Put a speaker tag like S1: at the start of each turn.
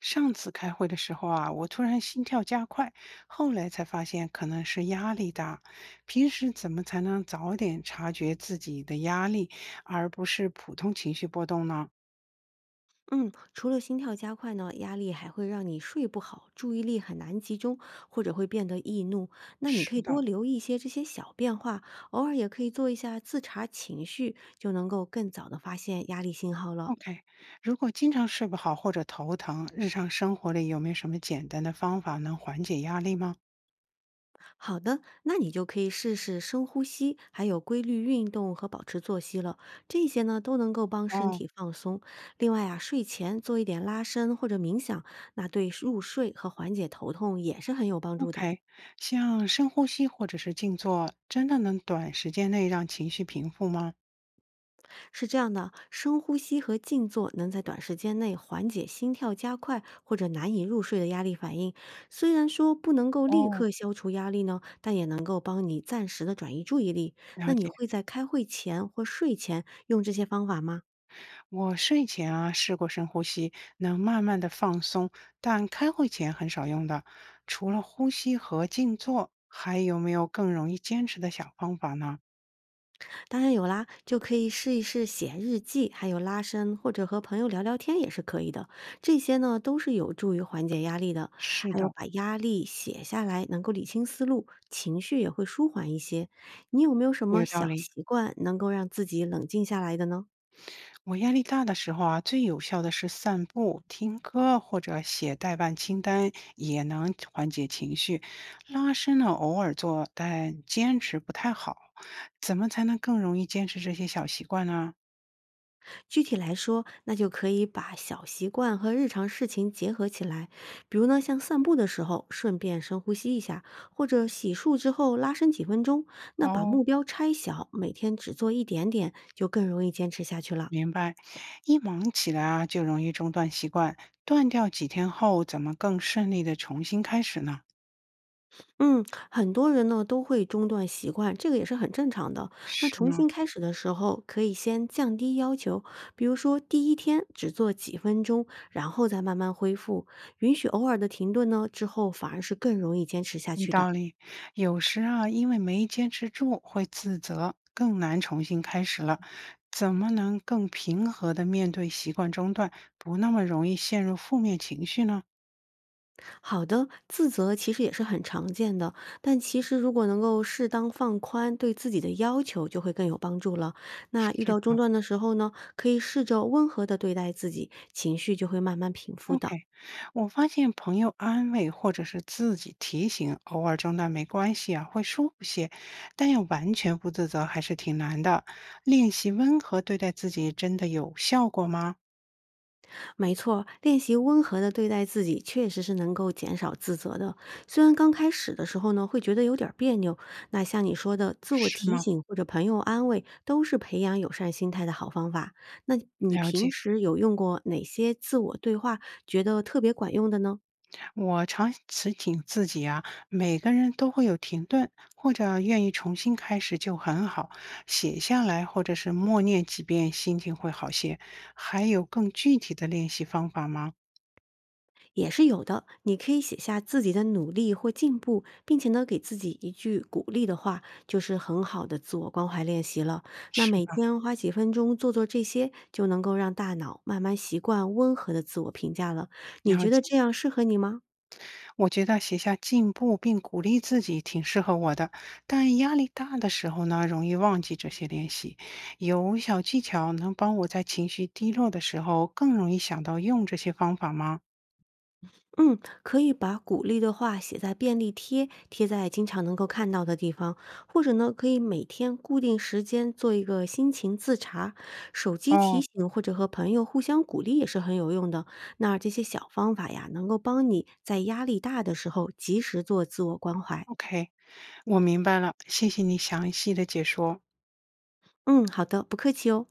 S1: 上次开会的时候啊，我突然心跳加快，后来才发现可能是压力大。平时怎么才能早点察觉自己的压力，而不是普通情绪波动呢？
S2: 嗯，除了心跳加快呢，压力还会让你睡不好，注意力很难集中，或者会变得易怒。那你
S1: 是
S2: 可以多
S1: 的
S2: 留意一些这些小变化，偶尔也可以做一下自查情绪，就能够更早的发现压力信号了。
S1: ，OK。如果经常睡不好或者头疼，日常生活里有没有什么简单的方法能缓解压力吗？
S2: 好的，那你就可以试试深呼吸，还有规律运动和保持作息了。这些呢都能够帮身
S1: 哦
S2: 体放松。另外啊，睡前做一点拉伸或者冥想，那对入睡和缓解头痛也是很有帮助的。
S1: ，OK，像深呼吸或者是静坐，真的能短时间内让情绪平复吗？
S2: 是这样的，深呼吸和静坐能在短时间内缓解心跳加快或者难以入睡的压力反应。虽然说不能够立
S1: 哦，
S2: 刻消除压力呢，但也能够帮你暂时的转移注意力。那
S1: 了
S2: 你
S1: 解。
S2: 会在开会前或睡前用这些方法吗？
S1: 我睡前啊试过深呼吸，能慢慢的放松，但开会前很少用的。除了呼吸和静坐，还有没有更容易坚持的小方法呢？
S2: 当然有啦，就可以试一试写日记，还有拉伸，或者和朋友聊聊天也是可以的。这些呢都是有助于缓解压力的。
S1: 是
S2: 还有
S1: 的，
S2: 把压力写下来，能够理清思路，情绪也会舒缓一些。你有没有什么
S1: 有道
S2: 小
S1: 理。
S2: 习惯能够让自己冷静下来的呢？
S1: 我压力大的时候啊，最有效的是散步、听歌或者写代办清单，也能缓解情绪。拉伸呢，偶尔做，但坚持不太好。怎么才能更容易坚持这些小习惯呢？
S2: 具体来说，那就可以把小习惯和日常事情结合起来，比如呢，像散步的时候顺便深呼吸一下，或者洗漱之后拉伸几分钟。那把
S1: 哦，
S2: 目标拆小，每天只做一点点，就更容易坚持下去了。
S1: 明白，一忙起来啊，就容易中断习惯。断掉几天后，怎么更顺利的重新开始呢？
S2: 嗯，很多人呢都会中断习惯，这个也是很正常的。那
S1: 是
S2: 重
S1: 呢，
S2: 新开始的时候，可以先降低要求，比如说第一天只做几分钟，然后再慢慢恢复。允许偶尔的停顿呢，之后反而是更容易坚持下
S1: 嗯有
S2: 去的。
S1: 道理。有时啊，因为没坚持住，会自责，更难重新开始了。怎么能更平和的面对习惯中断，不那么容易陷入负面情绪呢？
S2: 好的，自责其实也是很常见的，但其实如果能够适当放宽对自己的要求，就会更有帮助了。那
S1: 是。
S2: 遇到中断的时候呢，可以试着温和的对待自己，情绪就会慢慢平复的。
S1: OK，我发现朋友安慰或者是自己提醒，偶尔中断没关系啊，会舒服些，但要完全不自责还是挺难的。练习温和对待自己，真的有效果吗？
S2: 没错，练习温和的对待自己，确实是能够减少自责的。虽然刚开始的时候呢，会觉得有点儿别扭，那像你说的，自我
S1: 是
S2: 提
S1: 吗？
S2: 醒或者朋友安慰，都是培养友善心态的好方法。那你
S1: 了
S2: 平
S1: 解，
S2: 时有用过哪些自我对话，觉得特别管用的呢？
S1: 我常提醒自己啊，每个人都会有停顿，或者愿意重新开始就很好，写下来或者是默念几遍，心情会好些。还有更具体的练习方法吗？
S2: 也是有的。你可以写下自己的努力或进步，并且呢，给自己一句鼓励的话，就是很好的自我关怀练习了。那
S1: 是
S2: 每
S1: 吧？
S2: 天花几分钟做做这些，就能够让大脑慢慢习惯温和的自我评价了。你
S1: 了
S2: 觉得
S1: 解。
S2: 这样适合你吗？
S1: 我觉得写下进步并鼓励自己挺适合我的，但压力大的时候呢，容易忘记这些练习。有小技巧能帮我在情绪低落的时候更容易想到用这些方法吗？
S2: 嗯，可以把鼓励的话写在便利贴，贴在经常能够看到的地方，或者呢，可以每天固定时间做一个心情自查，手机提
S1: 哦
S2: 醒或者和朋友互相鼓励也是很有用的。那这些小方法呀，能够帮你在压力大的时候及时做自我关怀。
S1: ，OK，我明白了，谢谢你详细的解说。
S2: 嗯，好的，不客气哦。